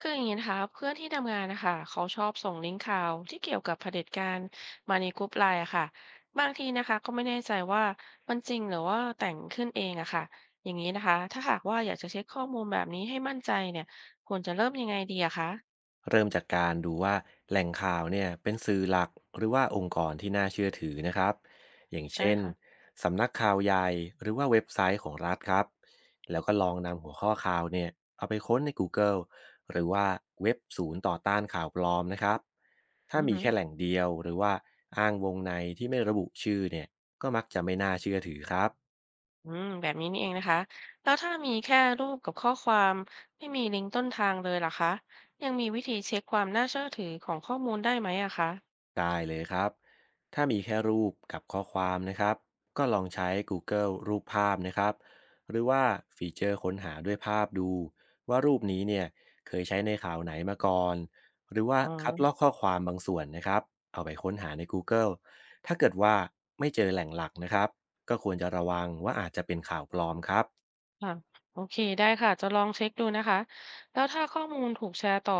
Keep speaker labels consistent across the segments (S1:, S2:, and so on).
S1: คืออย่างนี้นะคะเพื่อนที่ทำงานนะคะเขาชอบส่งลิงก์ข่าวที่เกี่ยวกับเผด็จการมาในกลุ่มไลน์อะค่ะบางทีนะคะก็ไม่แน่ใจว่ามันจริงหรือว่าแต่งขึ้นเองอะค่ะอย่างนี้นะคะถ้าหากว่าอยากจะเช็คข้อมูลแบบนี้ให้มั่นใจเนี่ยควรจะเริ่มยังไงดีอะคะ
S2: เริ่มจากการดูว่าแหล่งข่าวเนี่ยเป็นสื่อหลักหรือว่าองค์กรที่น่าเชื่อถือนะครับอย่าง
S1: ได้
S2: เช่น
S1: ค่ะ
S2: สำนักข่าวใหญ่หรือว่าเว็บไซต์ของรัฐครับแล้วก็ลองนำหัวข้อข่าวเนี่ยเอาไปค้นใน Google หรือว่าเว็บศูนย์ต่อต้านข่าวปลอมนะครับถ้า
S1: อือ
S2: มี
S1: ฮึ
S2: แค่แหล่งเดียวหรือว่าอ้างวงในที่ไม่ระบุชื่อเนี่ยก็มักจะไม่น่าเชื่อถือครับ
S1: อืมแบบนี้นี่เองนะคะแล้วถ้ามีแค่รูปกับข้อความไม่มีลิงก์ต้นทางเลยล่ะคะยังมีวิธีเช็คความน่าเชื่อถือของข้อมูลได้ไหมอะคะ
S2: ได้เลยครับถ้ามีแค่รูปกับข้อความนะครับก็ลองใช้ Google รูปภาพนะครับหรือว่าฟีเจอร์ค้นหาด้วยภาพดูว่ารูปนี้เนี่ยเคยใช้ในข่าวไหนมาก่อนหรือว่า
S1: อ๋อ
S2: คัดลอกข้อความบางส่วนนะครับเอาไปค้นหาใน Google ถ้าเกิดว่าไม่เจอแหล่งหลักนะครับก็ควรจะระวังว่าอาจจะเป็นข่าวปลอมครับ
S1: ค่ะโอเคได้ค่ะจะลองเช็คดูนะคะแล้วถ้าข้อมูลถูกแชร์ต่อ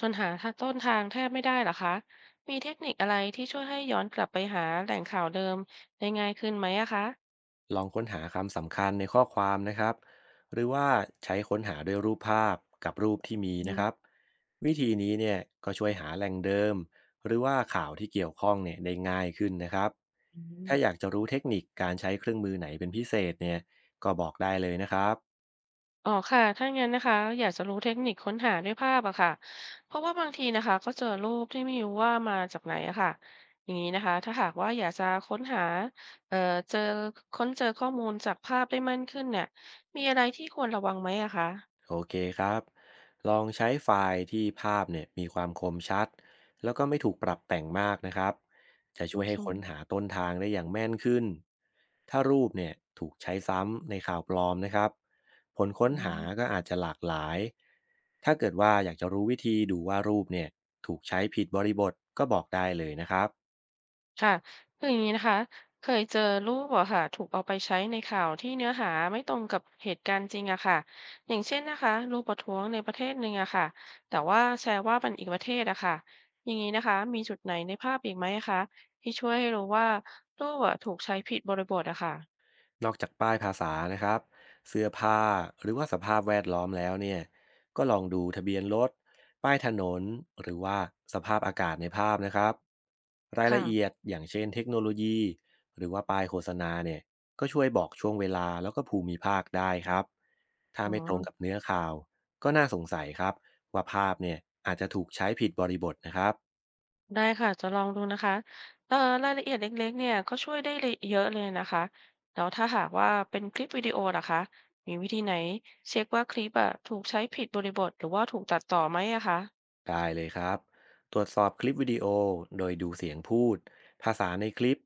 S1: จนหาทาต้นทางแทบไม่ได้เหรอคะมีเทคนิคอะไรที่ช่วยให้ย้อนกลับไปหาแหล่งข่าวเดิมได้ง่ายขึ้นไหมอะคะ
S2: ลองค้นหาคำสำคัญในข้อความนะครับหรือว่าใช้ค้นหาด้วยรูปภาพกับรูปที่มี
S1: อื
S2: นะ
S1: ม
S2: ครับวิธีนี้เนี่ยก็ช่วยหาแหล่งเดิมหรือว่าข่าวที่เกี่ยวข้องเนี่ยได้ง่ายขึ้นนะครับ
S1: อืม
S2: ถ้าอยากจะรู้เทคนิคการใช้เครื่องมือไหนเป็นพิเศษเนี่ยก็บอกได้เลยนะครับ
S1: อ๋อค่ะถ้างั้นนะคะอยากจะรู้เทคนิคค้นหาด้วยภาพอะค่ะเพราะว่าบางทีนะคะก็เจอรูปที่ไม่รู้ว่ามาจากไหนอะค่ะอย่างนี้นะคะถ้าหากว่าอยากจะค้นหาเอ่อเจอค้นเจอข้อมูลจากภาพได้มั่นขึ้นเนี่ยมีอะไรที่ควรระวังไหมอะคะ
S2: โอเคครับ ลองใช้ไฟล์ที่ภาพเนี่ยมีความคมชัดแล้วก็ไม่ถูกปรับแต่งมากนะครับ จะ
S1: โอ
S2: ช่วย
S1: เค
S2: ให้ค้นหาต้นทางได้อย่างแม่นขึ้น ถ้ารูปเนี่ยถูกใช้ซ้ำในข่าวปลอมนะครับ ผลค้น
S1: อื
S2: หา
S1: ม
S2: ก็อาจจะหลากหลาย ถ้าเกิดว่าอยากจะรู้วิธีดูว่ารูปเนี่ยถูกใช้ผิดบริบทก็บอกได้เลยนะครับ
S1: ค่ะคืออย่างนี้นะคะเคยเจอรูปอะค่ะถูกเอาไปใช้ในข่าวที่เนื้อหาไม่ตรงกับเหตุการณ์จริงอะค่ะอย่างเช่นนะคะรูปประท้วงในประเทศหนึ่งอะค่ะแต่ว่าแชร์ว่าเป็นอีกประเทศอะค่ะอย่างนี้นะคะมีจุดไหนในภาพอีกไหมอะคะที่ช่วยให้รู้ว่ารูปอะถูกใช้ผิดบริบทอะค่ะ
S2: นอกจากป้ายภาษานะครับเสื้อผ้าหรือว่าสภาพแวดล้อมแล้วเนี่ยก็ลองดูทะเบียนรถป้ายถนนหรือว่าสภาพอากาศในภาพนะครับราย
S1: ค่ะ
S2: ละเอียดอย่างเช่นเทคโนโลยีหรือว่าป้ายโฆษณาเนี่ยก็ช่วยบอกช่วงเวลาแล้วก็ภูมิภาคได้ครับถ้า
S1: อ๋อ
S2: ไม่ตรงกับเนื้อข่าวก็น่าสงสัยครับว่าภาพเนี่ยอาจจะถูกใช้ผิดบริบทนะครับ
S1: ได้ค่ะจะลองดูนะคะเอ่อรายละเอียดเล็กๆเนี่ยก็ช่วยได้เลยเยอะเลยนะคะแล้วถ้าหากว่าเป็นคลิปวิดีโอล่ะคะมีวิธีไหนเช็คว่าคลิปอะถูกใช้ผิดบริบทหรือว่าถูกตัดต่อไหมอะคะ
S2: ได้เลยครับตรวจสอบคลิปวิดีโอโดยดูเสียงพูดภาษาในคลิป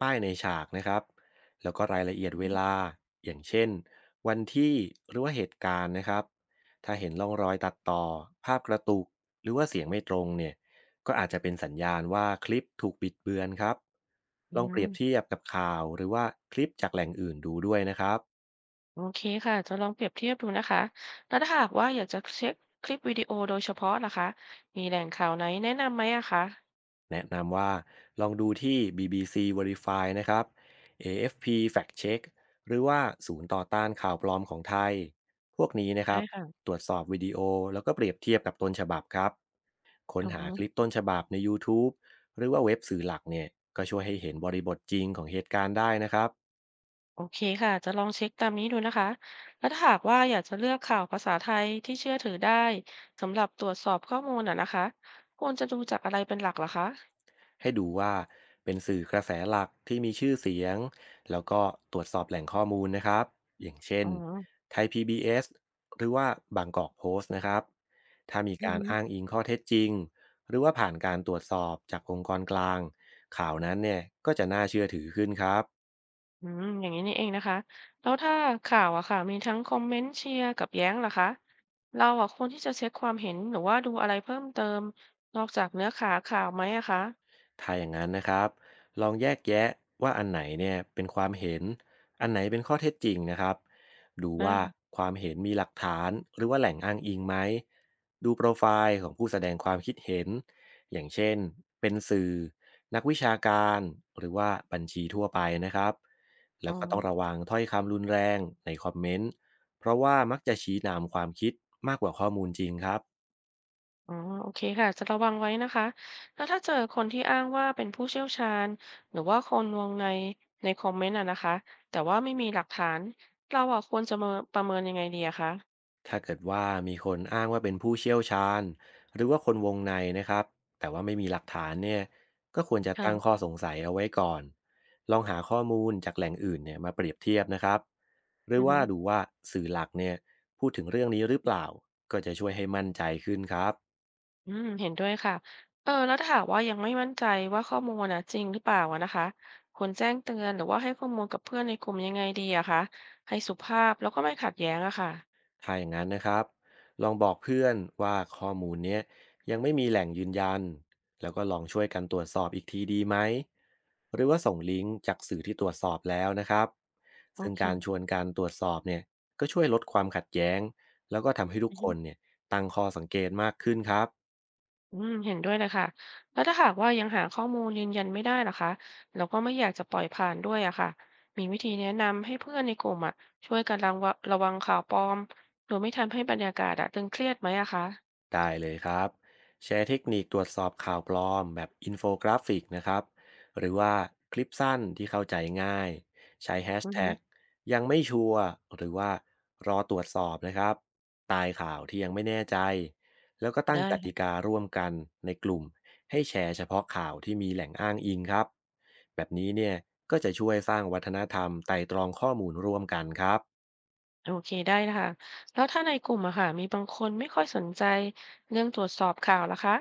S2: ป้ายในฉากนะครับแล้วก็รายละเอียด
S1: อื
S2: เว
S1: ม
S2: ลาอย่างเช่นวันที่หรือว่าเหตุการณ์นะครับถ้าเห็นร่องรอยตัดต่อภาพกระตุกหรือว่าเสียงไม่ตรงเนี่ยก็อาจจะเป็นสัญญาณว่าคลิปถูกบิดเบือนครับ
S1: อื
S2: ลองเป
S1: ม
S2: รียบเทียบกับข่าวหรือว่าคลิปจากแหล่งอื่นดูด้วยนะครับ
S1: โอเคค่ะจะลองเปรียบเทียบดูนะคะแล้วถ้าหากว่าอยากจะเช็คคลิปวิดีโอโดยเฉพาะละคะมีแหล่งข่าวไหนแนะนำไหมอะคะ
S2: แนะนำว่าลองดูที่ BBC Verify นะครับ AFP Fact Check หรือว่าศูนย์ต่อต้านข่าวปลอมของไทย พวกนี้นะค
S1: ได้
S2: รับ
S1: ค่ะ
S2: ตรวจสอบวิดีโอแล้วก็เปรียบเทียบกับต้นฉบับครับค้น
S1: อ
S2: หาค
S1: อ
S2: ลิปต้นฉบับใน YouTube หรือว่าเว็บสื่อหลักเนี่ยก็ช่วยให้เห็นบริบทจริงของเหตุการณ์ได้นะครับ
S1: โอเคค่ะจะลองเช็คตามนี้ดูนะคะแล้วถ้าหากว่าอยากจะเลือกข่าวภาษาไทยที่เชื่อถือได้สำหรับตรวจสอบข้อมูลอ่ะนะคะควรจะดูจากอะไรเป็นหลักเหรอคะ
S2: ให้ดูว่าเป็นสื่อกระแสหลักที่มีชื่อเสียงแล้วก็ตรวจสอบแหล่งข้อมูลนะครับอย่างเช่น
S1: อ๋อ
S2: ไทย PBS หรือว่าบางกอกโพสต์นะครับถ้ามี
S1: อือ
S2: การ
S1: ฮึ
S2: อ้างอิงข้อเท็จจริงหรือว่าผ่านการตรวจสอบจากองค์กรกลางข่าวนั้นเนี่ยก็จะน่าเชื่อถือขึ้นครับ
S1: อืมอย่างนี้นี่เองนะคะแล้วถ้าข่าวอะค่ะมีทั้งคอมเมนต์เชียร์กับแย้งเหรอคะเราอะควรที่จะเช็คความเห็นหรือว่าดูอะไรเพิ่มเติมนอกจากเนื้อหาข่าวไหมอะคะ
S2: ถ้าอย่างนั้นนะครับลองแยกแยะว่าอันไหนเนี่ยเป็นความเห็นอันไหนเป็นข้อเท็จจริงนะครับดู
S1: นะ
S2: ว่าความเห็นมีหลักฐานหรือว่าแหล่งอ้างอิงไหมดูโปรไฟล์ของผู้แสดงความคิดเห็น อย่างเช่นเป็นสื่อนักวิชาการหรือว่าบัญชีทั่วไปนะครับแล้
S1: อ๋อ
S2: วก็ต้องระวังถ้อยคำรุนแรงในคอมเมนต์เพราะว่ามักจะชี้นำความคิดมากกว่าข้อมูลจริงครับ
S1: อ๋อโอเคค่ะจะระวังไว้นะคะแล้วถ้าเจอคนที่อ้างว่าเป็นผู้เชี่ยวชาญหรือว่าคนวงในในคอมเมนต์อะนะคะแต่ว่าไม่มีหลักฐานเราอะควรจะมาประเมินยังไงดีอะคะ
S2: ถ้าเกิดว่ามีคนอ้างว่าเป็นผู้เชี่ยวชาญหรือว่าคนวงในนะครับแต่ว่าไม่มีหลักฐานเนี่ยก็ควรจะตั้งข้อ
S1: ค่ะ
S2: สงสัยเอาไว้ก่อนลองหาข้อมูลจากแหล่งอื่นเนี่ยมาเปรียบเทียบนะครับหรื
S1: อื
S2: อ
S1: อฮึ
S2: ว่าดูว่าสื่อหลักเนี่ยพูดถึงเรื่องนี้หรือเปล่าก็จะช่วยให้มั่นใจขึ้นครับ
S1: อืมเห็นด้วยค่ะเออแล้วถ้าหากว่ายังไม่มั่นใจว่าข้อมูลอะจริงหรือเปล่าอะนะคะควรแจ้งเตือนหรือว่าให้ข้อมูลกับเพื่อนในกลุ่มยังไงดีอะคะให้สุภาพแล้วก็ไม่ขัดแย้งอะค่ะ
S2: ถ้าอย่างนั้นนะครับลองบอกเพื่อนว่าข้อมูลเนี้ยยังไม่มีแหล่งยืนยัน แล้วก็ลองช่วยกันตรวจสอบอีกทีดีไหม หรือว่าส่งลิงก์จากสื่อที่ตรวจสอบแล้วนะครับ
S1: โอ
S2: ซึ่ง
S1: เค
S2: การชวนการตรวจสอบเนี่ยก็ช่วยลดความขัดแย้ง แล้วก็ทำให้ทุกคนเนี่ยตั้งข้อสังเกตมากขึ้นครับ
S1: อืมเห็นด้วยเลยค่ะแล้วถ้าหากว่ายังหาข้อมูลยืนยันไม่ได้ล่ะคะเราก็ไม่อยากจะปล่อยผ่านด้วยอะค่ะมีวิธีแนะนำให้เพื่อนในกลุ่มอะช่วยกันระวังระวังข่าวปลอมโดยไม่ทำให้บรรยากาศอะตึงเครียดไหมอะคะ
S2: ได้เลยครับแชร์เทคนิคตรวจสอบข่าวปลอมแบบอินโฟกราฟิกนะครับหรือว่าคลิปสั้นที่เข้าใจง่ายใช้แฮช
S1: อือฮึ
S2: แท็กยังไม่ชัวร์หรือว่ารอตรวจสอบนะครับตายข่าวที่ยังไม่แน่ใจแล้วก็ตั้ง
S1: ได้
S2: กติ
S1: ค่ะ
S2: การ่วมกันในกลุ่มให้แชร์เฉพาะข่าวที่มีแหล่งอ้างอิงครับแบบนี้เนี่ยก็จะช่วยสร้างวัฒนธรรมไต่ตรองข้อมูลร่วมกันครับ
S1: โอเคได้นะคะแล้วถ้าในกลุ่มอะค่ะมีบางคนไม่ค่อยสนใจเรื่องตรวจสอบข่าวล่ะคะ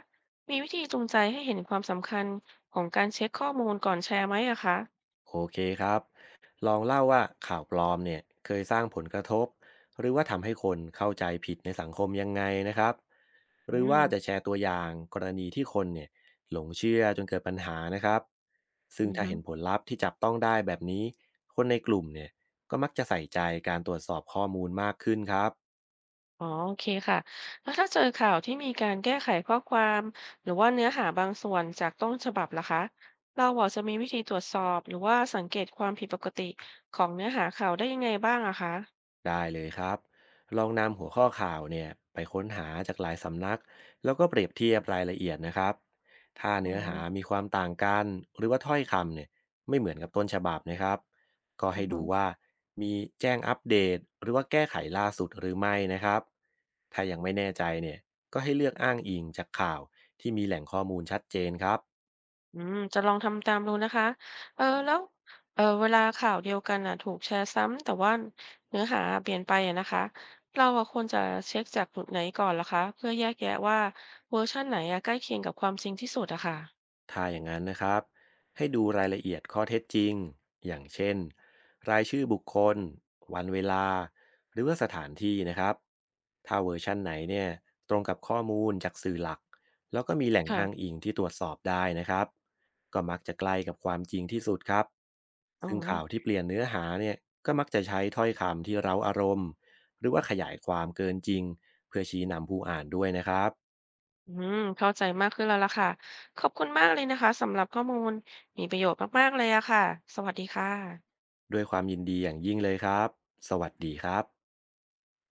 S1: มีวิธีจูงใจให้เห็นความสำคัญของการเช็คข้อมูลก่อนแชร์ไหมอะคะ
S2: โอเคครับ ลองเล่าว่าข่าวปลอมเนี่ยเคยสร้างผลกระทบหรือว่าทำให้คนเข้าใจผิดในสังคมยังไงนะครับ ห
S1: อื
S2: รือว่า
S1: ม
S2: จะแชร์ตัวอย่างกรณีที่คนเนี่ยหลงเชื่อจนเกิดปัญหานะครับ ซึ่ง
S1: อือ
S2: ถ้า
S1: ฮึ
S2: เห็นผลลัพธ์ที่จับต้องได้แบบนี้คนในกลุ่มเนี่ยก็มักจะใส่ใจการตรวจสอบข้อมูลมากขึ้นครับ
S1: อ๋อโอเคค่ะแล้วถ้าเจอข่าวที่มีการแก้ไขข้อความหรือว่าเนื้อหาบางส่วนจากต้นฉบับล่ะคะเราอาจจะมีวิธีตรวจสอบหรือว่าสังเกตความผิดปกติของเนื้อหาข่าวได้ยังไงบ้างอะคะ
S2: ได้เลยครับลองนำหัวข้อข่าวเนี่ยไปค้นหาจากหลายสำนักแล้วก็เปรียบเทียบรายละเอียดนะครับถ้า
S1: อ๋อ
S2: เนื้อหามีความต่างกันหรือว่าถ้อยคำเนี่ยไม่เหมือนกับต้นฉบับนะครับก็
S1: อื
S2: ให้
S1: อ
S2: ดู
S1: ฮะ
S2: ว่ามีแจ้งอัปเดตหรือว่าแก้ไขล่าสุดหรือไม่นะครับถ้ายังไม่แน่ใจเนี่ยก็ให้เลือกอ้างอิงจากข่าวที่มีแหล่งข้อมูลชัดเจนครับ
S1: อืมจะลองทำตามดูนะคะเออแล้วเออเวลาข่าวเดียวกันอะถูกแชร์ซ้ำแต่ว่าเนื้อหาเปลี่ยนไปอะนะคะเราอะควรจะเช็คจากจุดไหนก่อนล่ะคะเพื่อแยกแยะว่าเวอร์ชันไหนอะใกล้เคียงกับความจริงที่สุดอะค่ะ
S2: ถ้าอย่างนั้นนะครับให้ดูรายละเอียดข้อเท็จจริงอย่างเช่นรายชื่อบุคคลวันเวลาหรือว่าสถานที่นะครับถ้าเวอร์ชั่นไหนเนี่ยตรงกับข้อมูลจากสื่อหลักแล้วก็มีแหล่งอ้าง
S1: ค่ะ
S2: อิงที่ตรวจสอบได้นะครับก็มักจะใกล้กับความจริงที่สุดครับ
S1: อ๋อ
S2: ซึ่งข่าวที่เปลี่ยนเนื้อหาเนี่ยก็มักจะใช้ถ้อยคำที่เร้าอารมณ์หรือว่าขยายความเกินจริงเพื่อชี้นำผู้อ่านด้วยนะครับ
S1: อืมเข้าใจมากขึ้นแล้วล่ะค่ะขอบคุณมากเลยนะคะสำหรับข้อมูลมีประโยชน์มากๆเลยอะค่ะสวัสดีค่ะ
S2: ด้วยความยินดีอย่างยิ่งเลยครับสวัสดีครับ